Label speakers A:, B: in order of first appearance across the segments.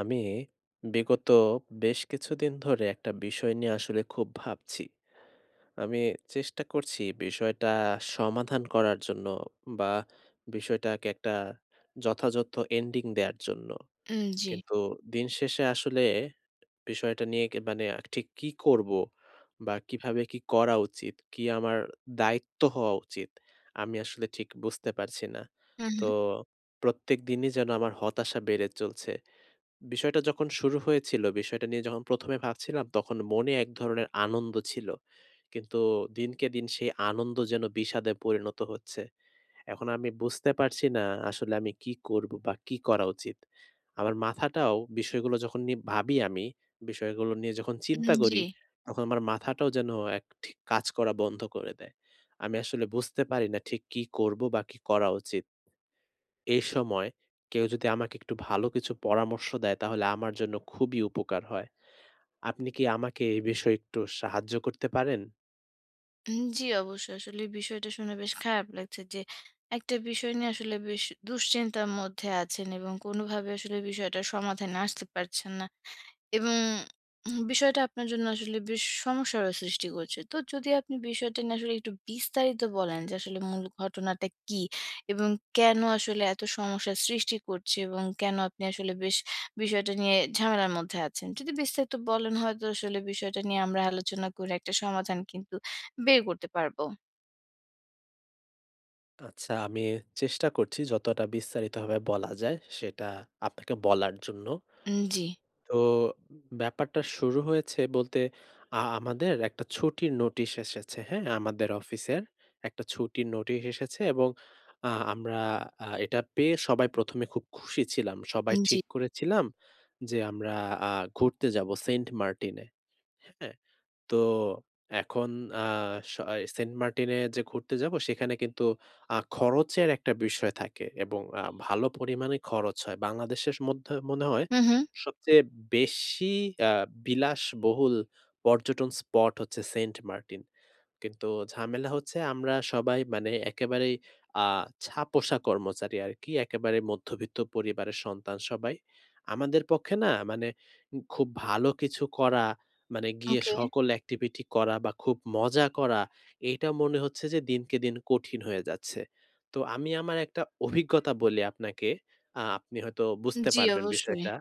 A: আমি বিগত বেশ কিছুদিন ধরে একটা বিষয় নিয়ে আসলে খুব ভাবছি। আমি চেষ্টা করছি বিষয়টা সমাধান করার জন্য বা বিষয়টাকে একটা যথাযথ এন্ডিং দেয়ার জন্য।
B: জি।
A: কিন্তু দিন শেষে আসলে বিষয়টা নিয়ে কে মানে ঠিক কি করবো বা কিভাবে কি করা উচিত? কি আমার দায়িত্ব হওয়া উচিত? আমি আসলে ঠিক বুঝতে পারছি না।
B: হুম,
A: তো
B: হুম।
A: প্রত্যেকদিনই যেন আমার হতাশা বেড়ে চলছে। বিষয়টা যখন শুরু হয়েছিল, বিষয়টা নিয়ে যখন ১ম এ ভাবছিলাম, তখন মনে এক ধরনের আনন্দ ছিল। কিন্তু দিনকে দিন সেই আনন্দ যেন বিষাদে পরিণত হচ্ছে। এখন আমি বুঝতে পারছি না আসলে আমি কি করব বা কি করা উচিত? আমার মাথাটাও বিষয়গুলো যখন নিয়ে ভাবি আমি, বিষয়গুলো নিয়ে যখন চিন্তা
B: জি।
A: করি, তখন আমার মাথাটাও যেন ঠিক কাজ করা বন্ধ করে দেয়। আমি আসলে বুঝতে পারি না ঠিক কি করব বা কি করা উচিত? এ সময় কেউ যদি আমাকে একটু ভালো কিছু পরামর্শ দেয় তাহলে আমার জন্য খুবই উপকার হয়। আপনি কি আমাকে এই বিষয়ে একটু সাহায্য করতে পারেন?
B: জি, অবশ্যই। আসলে এই বিষয়টা শুনে বেশ খারাপ লাগছে যে, একটা বিষয় নিয়ে আসলে বেশ দুশ্চিন্তার মধ্যে আছেন এবং কোনোভাবে আসলে বিষয়টার সমাধানে আসতে পারছেন না। এবং বিষয়টা আপনার জন্য আসলে বেশ সমস্যারও সৃষ্টি করছে। তো যদি আপনি বিষয়টা নিয়ে আসলে একটু বিস্তারিত বলেন যে আসলে মূল ঘটনাটা কি? এবং কেন আসলে এত সমস্যার সৃষ্টি করছে এবং কেন আপনি আসলে বেশ বিষয়টা নিয়ে ঝামেলার মধ্যে আছেন? যদি বিস্তারিত বলেন হয়তো আসলে বিষয়টা নিয়ে আমরা আলোচনা করে একটা সমাধান কিন্তু বের করতে পারবো।
A: আচ্ছা, আমি চেষ্টা করছি যতটা বিস্তারিতভাবে বলা যায় সেটা আপনাকে বলার জন্য।
B: জি,
A: তো ব্যাপারটা শুরু হয়েছে বলতে আমাদের একটা ছুটির নোটিশ এসেছে, হ্যাঁ? আমাদের অফিসের একটা ছুটির নোটিশ এসেছে এবং আমরা এটা পেয়ে সবাই ১ম এ খুব খুশি ছিলাম। সবাই
B: জি।
A: ঠিক করেছিলাম যে আমরা আ ঘুরতে যাবো সেন্ট মার্টিন এ, হ্যাঁ? তো এখন আ সেন্ট মার্টিনে যে ঘুরতে যাবো সেখানে কিন্তু খরচের একটা বিষয় থাকে এবং ভালো পরিমাণে খরচ হয়। বাংলাদেশের মধ্যে মনে হয়
B: হু, হু।
A: সবচেয়ে বেশি আ বিলাসবহুল পর্যটন স্পট হচ্ছে সেন্ট মার্টিন। কিন্তু ঝামেলা হচ্ছে আমরা সবাই মানে একেবারেই আ ছাপোষা কর্মচারী আরকি। একেবারে মধ্যবিত্ত পরিবারের সন্তান সবাই। আমাদের পক্ষে না মানে খুব ভালো কিছু করা, মানে গিয়ে
B: ওকে।
A: সকল activity করা বা খুব মজা করা, এইটা মনে হচ্ছে যে দিনকে দিন কঠিন হয়ে যাচ্ছে। তো আমি আমার একটা অভিজ্ঞতা বলি আপনাকে। আপনি হয়তো বুঝতে
B: জি,
A: পারবেন
B: অবশ্যই।
A: বিষয়টা।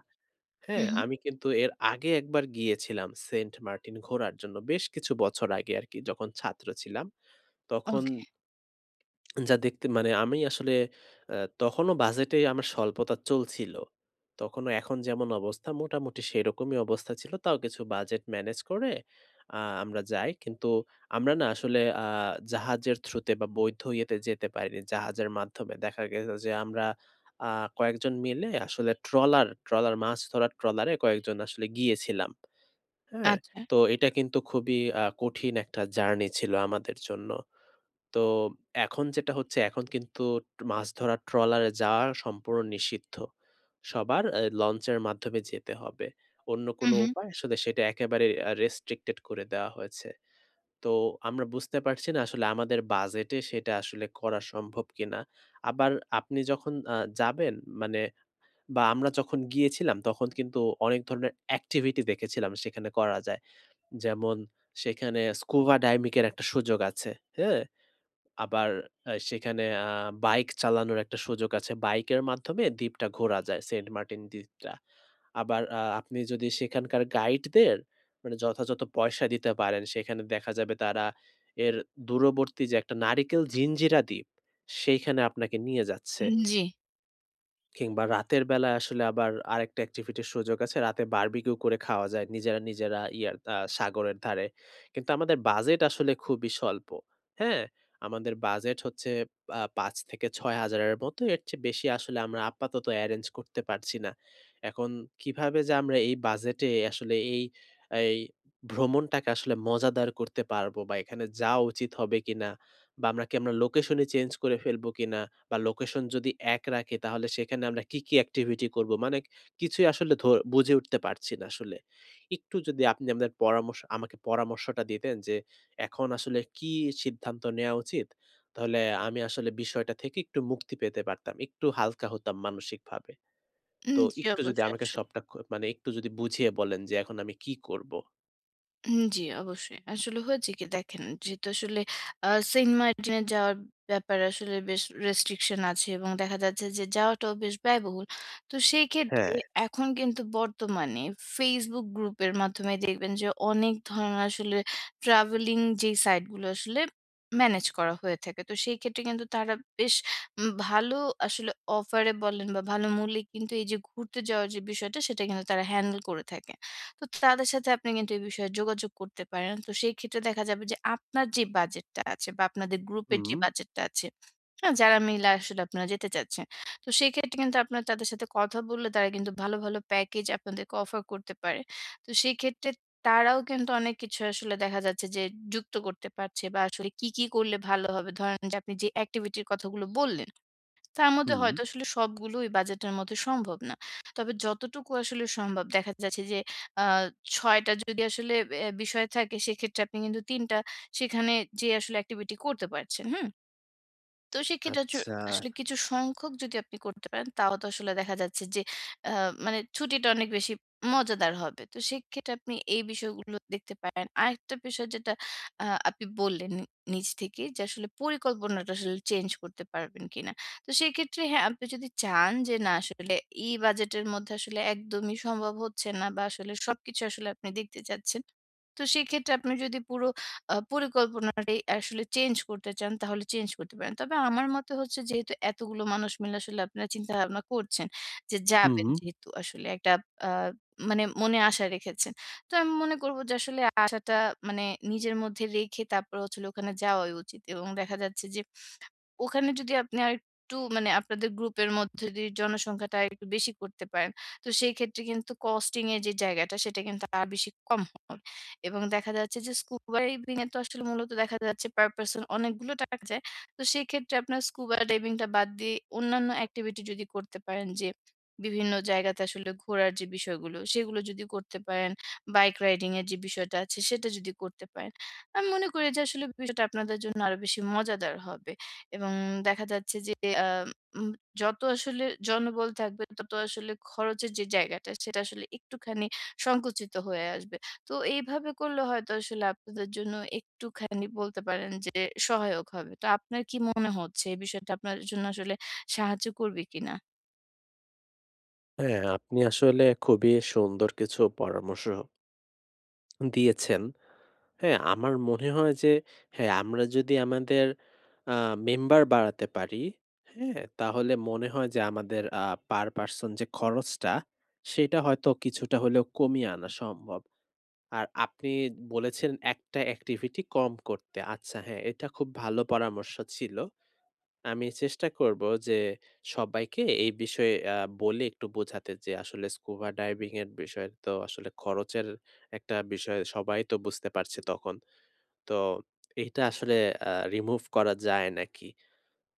B: হু,
A: হ্যাঁ,
B: হু।
A: আমি কিন্তু এর আগে একবার গিয়েছিলাম সেন্ট মার্টিন ঘোরার জন্য। বেশ কিছু বছর আগে আরকি যখন ছাত্র ছিলাম। তখন
B: ওকে।
A: যা দেখতে মানে আমি আসলে আ তখনও বাজেটে আমার স্বল্পতা চলছিল। তখনও এখন যেমন অবস্থা মোটামুটি সেরকমই অবস্থা ছিল। তাও কিছু বাজেট ম্যানেজ করে আ আমরা যাই। কিন্তু আমরা না আসলে জাহাজের থ্রুতে বা বৈধ ইয়েতে যেতে পারিনি। জাহাজের মাধ্যমে দেখা গেছে যে আমরা আ কয়েকজন মিলে আসলে ট্রলার, মাছ ধরার ট্রলারে কয়েকজন আসলে গিয়েছিলাম। হ্যাঁ?
B: আচ্ছা।
A: তো এটা কিন্তু খুবই কঠিন একটা জার্নি ছিল আমাদের জন্য। তো এখন যেটা হচ্ছে, এখন কিন্তু মাছ ধরার ট্রলারে যাওয়া সম্পূর্ণ নিষিদ্ধ। সবার লঞ্চের মাধ্যমে যেতে হবে। অন্য
B: হু,
A: কোনো
B: হু।
A: উপায় আসলে সেটা একেবারে রেস্ট্রিক্টেড করে দেওয়া হয়েছে। তো আমরা বুঝতে পারছি না আসলে আমাদের বাজেটে সেটা আসলে করা সম্ভব কিনা। আবার আপনি যখন যাবেন মানে বা আমরা যখন গিয়েছিলাম তখন কিন্তু অনেক ধরনের অ্যাক্টিভিটি দেখেছিলাম সেখানে করা যায়। যেমন সেখানে স্কুবা ডাইভিং এর একটা সুযোগ আছে। হ্যাঁ? আবার সেখানে বাইক চালানোর একটা সুযোগ আছে। বাইকের মাধ্যমে দ্বীপটা ঘোরা যায়, সেন্ট মার্টিন দ্বীপটা। আবার আপনি যদি সেখানকার গাইডদের মানে যথাযথ পয়সা দিতে পারেন, সেখানে দেখা যাবে তারা এর দূরবর্তী যে একটা নারিকেল জিঞ্জিরা দ্বীপ, সেইখানে আপনাকে নিয়ে যাচ্ছে।
B: জি।
A: কিংবা রাতের বেলায় আসলে আবার আরেকটা এক্টিভিটির সুযোগ আছে। রাতে বারবিকিউ করে খাওয়া যায় নিজেরা, নিজেরা ইয়ার সাগরের ধারে। কিন্তু আমাদের বাজেট আসলে খুবই স্বল্প। হ্যাঁ? আমাদের বাজেট হচ্ছে ৫,০০০-৬,০০০ এর মতো। এর চেয়ে বেশি আসলে আমরা আপাতত এরেঞ্জ করতে পারছি না। এখন কিভাবে যে আমরা এই বাজেটে আসলে এই ভ্রমণটাকে আসলে মজাদার করতে পারবো বা এখানে যাওয়া উচিত হবে কিনা বা আমরা লোকেশনই চেঞ্জ করে ফেলবো কিনা? বা লোকেশন যদি এক রাখি তাহলে সেখানে আমরা কি অ্যাক্টিভিটি করব? মানে কিছুই আসলে ধো বুঝে উঠতে পারছি না আসলে। একটু যদি আপনি আমাদের পরামর্শ আমাকে পরামর্শটা দিতেন যে এখন আসলে কি সিদ্ধান্ত নেয়া উচিত? তাহলে আমি আসলে বিষয়টা থেকে একটু মুক্তি পেতে পারতাম। একটু হালকা হতাম মানসিকভাবে। তো
B: জি,
A: একটু যদি আমাকে
B: অবশ্যই।
A: সবটা খ মানে একটু যদি বুঝিয়ে বলেন যে এখন আমি কি করব?
B: জি, অবশ্যই। আসলে হয়েছে কি দেখেন, যেহেতু আসলে সেন্ট মার্টিনে যাওয়ার ব্যাপারে আসলে বেশ রেস্ট্রিকশন আছে এবং দেখা যাচ্ছে যে যাওয়াটাও বেশ ব্যয়বহুল। তো সেই ক্ষেত্রে
A: হ্যাঁ।
B: এখন কিন্তু বর্তমানে Facebook গ্রুপের মাধ্যমে দেখবেন যে অনেক ধরনের আসলে ট্রাভেলিং যেই সাইটগুলো আসলে ম্যানেজ করা হয়ে থাকে। তো সেই ক্ষেত্রে কিন্তু তারা বেশ ভালো আসলে অফারে বলেন বা ভালো মূল্যে কিন্তু এই যে ঘুরতে যাওয়ার যে বিষয়টা সেটা কিন্তু তারা হ্যান্ডেল করে থাকে। তো তাদের সাথে আপনি কিন্তু এই বিষয়ে যোগাযোগ করতে পারেন। তো সেই ক্ষেত্রে দেখা যাবে যে আপনার যে বাজেটটা আছে বা আপনাদের গ্রুপের যে
A: হুম,
B: বাজেটটা আছে, হ্যাঁ? যারা মিলে আসলে আপনারা যেতে চাচ্ছেন। তো সেক্ষেত্রে কিন্তু আপনারা তাদের সাথে কথা বললে তারা কিন্তু ভালো, ভালো প্যাকেজ আপনাদেরকে অফার করতে পারে। তো সেই ক্ষেত্রে তারাও কিন্তু অনেক কিছু আসলে দেখা যাচ্ছে যে যুক্ত করতে পারছে বা আসলে কি, কি করলে ভালো হবে? ধরেন যে আপনি যে অ্যাক্টিভিটির কথাগুলো বললেন তার মধ্যে
A: হুম।
B: হয়তো আসলে সবগুলোই বাজেটের মধ্যে সম্ভব না। তবে যতটুকু আসলে সম্ভব দেখা যাচ্ছে যে আ ৬ টা যদি আসলে এ বিষয় থাকে সেক্ষেত্রে আপনি কিন্তু ৩ টা সেখানে যেয়ে আসলে activity করতে পারছেন। হুম? তো সেক্ষেত্রে
A: আচ্ছা।
B: আসলে কিছু সংখ্যক যদি আপনি করতে পারেন, তাও তো আসলে দেখা যাচ্ছে যে আ মানে ছুটিটা অনেক বেশি মজাদার হবে। তো সেক্ষেত্রে আপনি এই বিষয়গুলো দেখতে পারেন। আরেকটা বিষয় যেটা আপনি বললেন নিজ থেকেই যে আসলে পরিকল্পনাটা আসলে চেঞ্জ করতে পারবেন কিনা। তো সেক্ষেত্রে হ্যাঁ, আপনি যদি চান যে না আসলে এই বাজেটের মধ্যে আসলে একদমই সম্ভব হচ্ছে না বা আসলে সবকিছু আসলে আপনি দেখতে চাচ্ছেন। তো সেক্ষেত্রে আপনি যদি পুরো পরিকল্পনাটাই আসলে চেঞ্জ করতে চান, তাহলে চেঞ্জ করতে পারেন। তবে আমার মতে হচ্ছে যেহেতু এতগুলো মানুষ মিলে আসলে আপনারা চিন্তাভাবনা করছেন যে
A: হুম।
B: যাবেন যেহেতু আসলে একটা আ মানে মনে আশা রেখেছেন। তো আমি মনে করব যে আসলে আশাটা মানে নিজের মধ্যে রেখে তারপর হচ্ছে হলো ওখানে যাওয়াই উচিত এবং দেখা যাচ্ছে যে ওখানে যদি আপনি আরেকটু মানে আপনাদের গ্রুপের মধ্যে যদি জনসংখ্যাটা আরেকটু বেশি করতে পারেন, তো সেই ক্ষেত্রে কিন্তু কস্টিং এর যে জায়গাটা সেটা কিন্তু আর বেশি কম হবে। এবং দেখা যাচ্ছে যে স্কুবা ডাইভিং এ তো আসলে মূলত দেখা যাচ্ছে পার পারসন অনেকগুলো টাকা যায়। তো সেই ক্ষেত্রে আপনার স্কুবা ডাইভিং টা বাদ দিয়ে অন্যান্য এক্টিভিটি যদি করতে পারেন যে বিভিন্ন জায়গাতে আসলে ঘোরার যে বিষয়গুলো সেগুলো যদি করতে পারেন, বাইক রাইডিং এর যে বিষয়টা আছে সেটা যদি করতে পারেন। আমি মনে করি যে আসলে বিষয়টা আপনাদের জন্য আরো বেশি মজাদার হবে। এবং দেখা যাচ্ছে যে আ উম যত আসলে জনবল থাকবে তত আসলে খরচের যে জায়গাটা সেটা আসলে একটুখানি সংকুচিত হয়ে আসবে। তো এইভাবে করলে হয়তো আসলে আপনাদের জন্য একটুখানি বলতে পারেন যে সহায়ক হবে। তো আপনার কি মনে হচ্ছে এই বিষয়টা আপনার জন্য আসলে সাহায্য করবে কিনা?
A: হ্যাঁ, আপনি আসলে খুবই সুন্দর কিছু পরামর্শ দিয়েছেন। হ্যাঁ, আমার মনে হয় যে হ্যাঁ, আমরা যদি আমাদের আ মেম্বার বাড়াতে পারি, হ্যাঁ? তাহলে মনে হয় যে আমাদের per person যে খরচটা, সেটা হয়তো কিছুটা হলেও কমিয়ে আনা সম্ভব। আর আপনি বলেছেন একটা activity কম করতে। আচ্ছা হ্যাঁ, এটা খুব ভালো পরামর্শ ছিল। আমি চেষ্টা করব যে সবাইকে এই বিষয়ে বলে একটু বোঝাতে যে আসলে স্কুবা ডাইভিং এর বিষয়ে তো আসলে খরচের একটা বিষয় সবাই তো বুঝতে পারছে তখন। তো এটা আসলে রিমুভ করা যায় নাকি?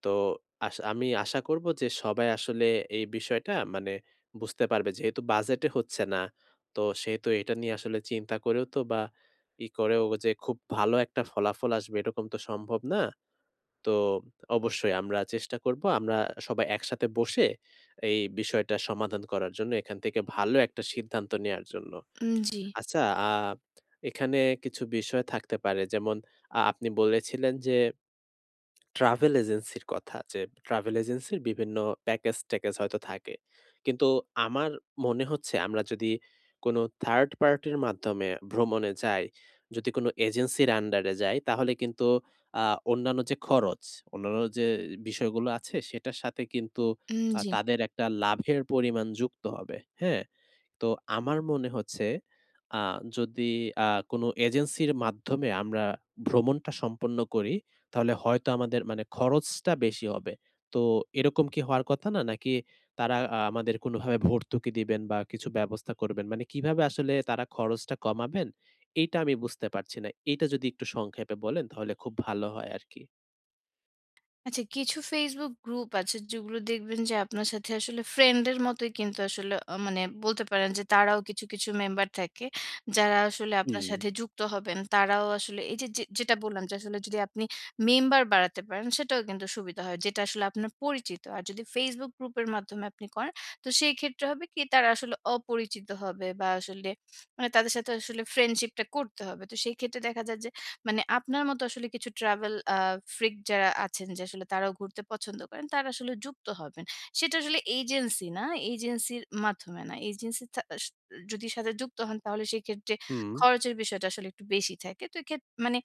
A: তো আমি আশা করব যে সবাই আসলে এই বিষয়টা মানে বুঝতে পারবে। যেহেতু বাজেটে হচ্ছে না, তো সেহেতু এটা নিয়ে আসলে চিন্তা করেও তো বা ই করেও যে খুব ভালো একটা ফলাফল আসবে এরকম তো সম্ভব না। তো অবশ্যই আমরা চেষ্টা করব আমরা সবাই একসাথে বসে এই বিষয়টা সমাধান করার জন্য এখান থেকে ভালো একটা সিদ্ধান্ত নেয়ার জন্য।
B: জি,
A: আচ্ছা, এখানে কিছু বিষয় থাকতে পারে। যেমন আপনি বলেছিলেন যে ট্রাভেল এজেন্সির কথা যে ট্রাভেল এজেন্সির বিভিন্ন প্যাকেজ-ট্যাকেজ হয়তো থাকে। কিন্তু আমার মনে হচ্ছে আমরা যদি কোনো থার্ড পার্টির মাধ্যমে ভ্রমণে যাই, যদি কোনো এজেন্সির আন্ডারে যাই তাহলে কিন্তু আ অন্যান্য যে খরচ, অন্যান্য যে বিষয়গুলো আছে সেটার সাথে কিন্তু
B: জি।
A: তাদের একটা লাভের পরিমাণ যুক্ত হবে। হ্যাঁ? তো আমার মনে হচ্ছে আ যদি আ কোনো এজেন্সির মাধ্যমে আমরা ভ্রমণটা সম্পন্ন করি, তাহলে হয়তো আমাদের মানে খরচটা বেশি হবে। তো এরকম কি হওয়ার কথা না? নাকি তারা আমাদের কোনোভাবে ভর্তুকি দিবেন বা কিছু ব্যবস্থা করবেন? মানে কিভাবে আসলে তারা খরচটা কমাবেন? এইটা আমি বুঝতে পারছি না। এইটা যদি একটু সংক্ষেপে বলেন তাহলে খুব ভালো হয় আরকি।
B: আচ্ছা, কিছু Facebook গ্রুপ আছে যেগুলো দেখবেন যে আপনার সাথে আসলে ফ্রেন্ডের মতোই কিন্তু আসলে মানে বলতে পারেন যে তারাও কিছু, কিছু মেম্বার থাকে। যারা আসলে আপনার
A: হুম,
B: সাথে যুক্ত হবেন। তারাও আসলে এই যে, যে যেটা বললাম যে আসলে যদি আপনি মেম্বার বাড়াতে পারেন সেটাও কিন্তু সুবিধা হয়। যেটা আসলে আপনার পরিচিত। আর যদি Facebook গ্রুপের মাধ্যমে আপনি করেন তো সেই ক্ষেত্রে হবে কি তারা আসলে অপরিচিত হবে বা আসলে মানে তাদের সাথে আসলে ফ্রেন্ডশিপটা করতে হবে। তো সেই ক্ষেত্রে দেখা যায় যে মানে আপনার মতো আসলে কিছু ট্রাভেল ফ্রিক যারা আছেন যে আসলে তারাও ঘুরতে পছন্দ করেন, তারা আসলে যুক্ত হবেন। সেটা আসলে এজেন্সি না, এজেন্সির মাধ্যমে না। এজেন্সির থা স যদি সাথে যুক্ত হন তাহলে সেক্ষেত্রে
A: হুম।
B: খরচের বিষয়টা আসলে একটু বেশি থাকে। তো এক্ষেত মানে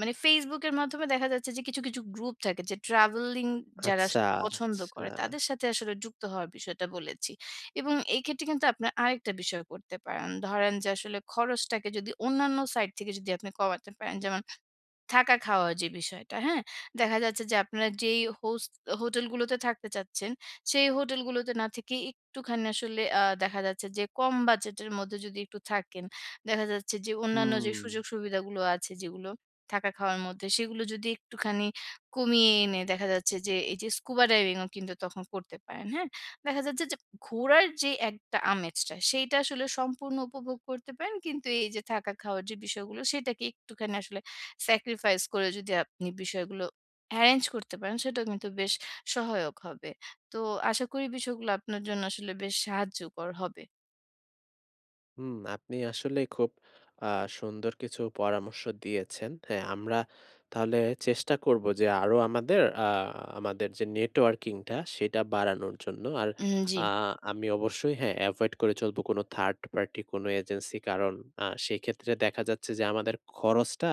B: মানে Facebook এর মাধ্যমে দেখা যাচ্ছে যে কিছু, কিছু গ্রুপ থাকে যে ট্রাভেলিং যারা
A: আচ্ছা,
B: আসলে পছন্দ
A: আচ্ছা।
B: করে তাদের সাথে আসলে যুক্ত হওয়ার বিষয়টা বলেছি। এবং এই ক্ষেত্রে কিন্তু আপনার আরেকটা বিষয় করতে পারেন। ধরেন যে আসলে খরচটাকে যদি অন্যান্য সাইট থেকে যদি আপনি কমাতে পারেন যেমন থাকা খাওয়ার যে বিষয়টা, হ্যাঁ? দেখা যাচ্ছে যে আপনারা যেই হোটেলগুলোতে থাকতে চাচ্ছেন, সেই হোটেলগুলোতে না থেকে একটুখানি আসলে দেখা যাচ্ছে যে কম বাজেটের মধ্যে যদি একটু থাকেন, দেখা যাচ্ছে যে অন্যান্য
A: হুম।
B: যে সুযোগ সুবিধাগুলো আছে যেগুলো থাকা খাওয়ার মধ্যে, সেগুলো যদি একটুখানি কমিয়ে এনে দেখা যাচ্ছে যে এই যে স্কুবা ডাইভিং ও কিন্তু তখন করতে পারেন, হ্যাঁ? দেখা যাচ্ছে যে ঘোরার যে একটা আমেজটা, সেইটা আসলে সম্পূর্ণ উপভোগ করতে পারেন। কিন্তু এই যে থাকা খাওয়ার যে বিষয়গুলো, সেটাকে একটুখানি আসলে স্যাক্রিফাইস করে যদি আপনি বিষয়গুলো অ্যারেঞ্জ করতে পারেন, সেটাও কিন্তু বেশ সহায়ক হবে। তো আশা করি বিষয়গুলো আপনার জন্য আসলে বেশ সাহায্যকর হবে।
A: হুম, আপনি আসলে খুব আ সুন্দর কিছু পরামর্শ দিয়েছেন। হ্যাঁ, আমরা তাহলে চেষ্টা করব যে আরো আমাদের যে নেটওয়ার্কিংটা সেটা বাড়ানোর জন্য। আর
B: জি।
A: আ আমি অবশ্যই হ্যাঁ, এভয়েড করে চলবো কোনো থার্ড পার্টি কোনো এজেন্সি। কারণ সেক্ষেত্রে দেখা যাচ্ছে যে আমাদের খরচটা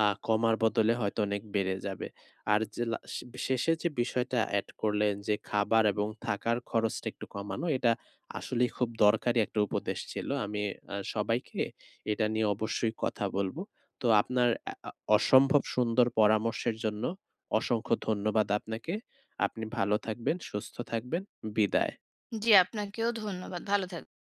A: কমার বদলে হয়তো অনেক বেড়ে যাবে। আর যে লা শেষে যে বিষয়টা এড করলেন যে খাবার এবং থাকার খরচটা একটু কমানো এটা আসলেই খুব দরকারি একটা উপদেশ ছিল। আমি সবাইকে এটা নিয়ে অবশ্যই কথা বলব। তো আপনার আ আ অসম্ভব সুন্দর পরামর্শের জন্য অসংখ্য ধন্যবাদ আপনাকে। আপনি ভালো থাকবেন, সুস্থ থাকবেন। বিদায়।
B: জি, আপনাকেও ধন্যবাদ। ভালো থাকবেন।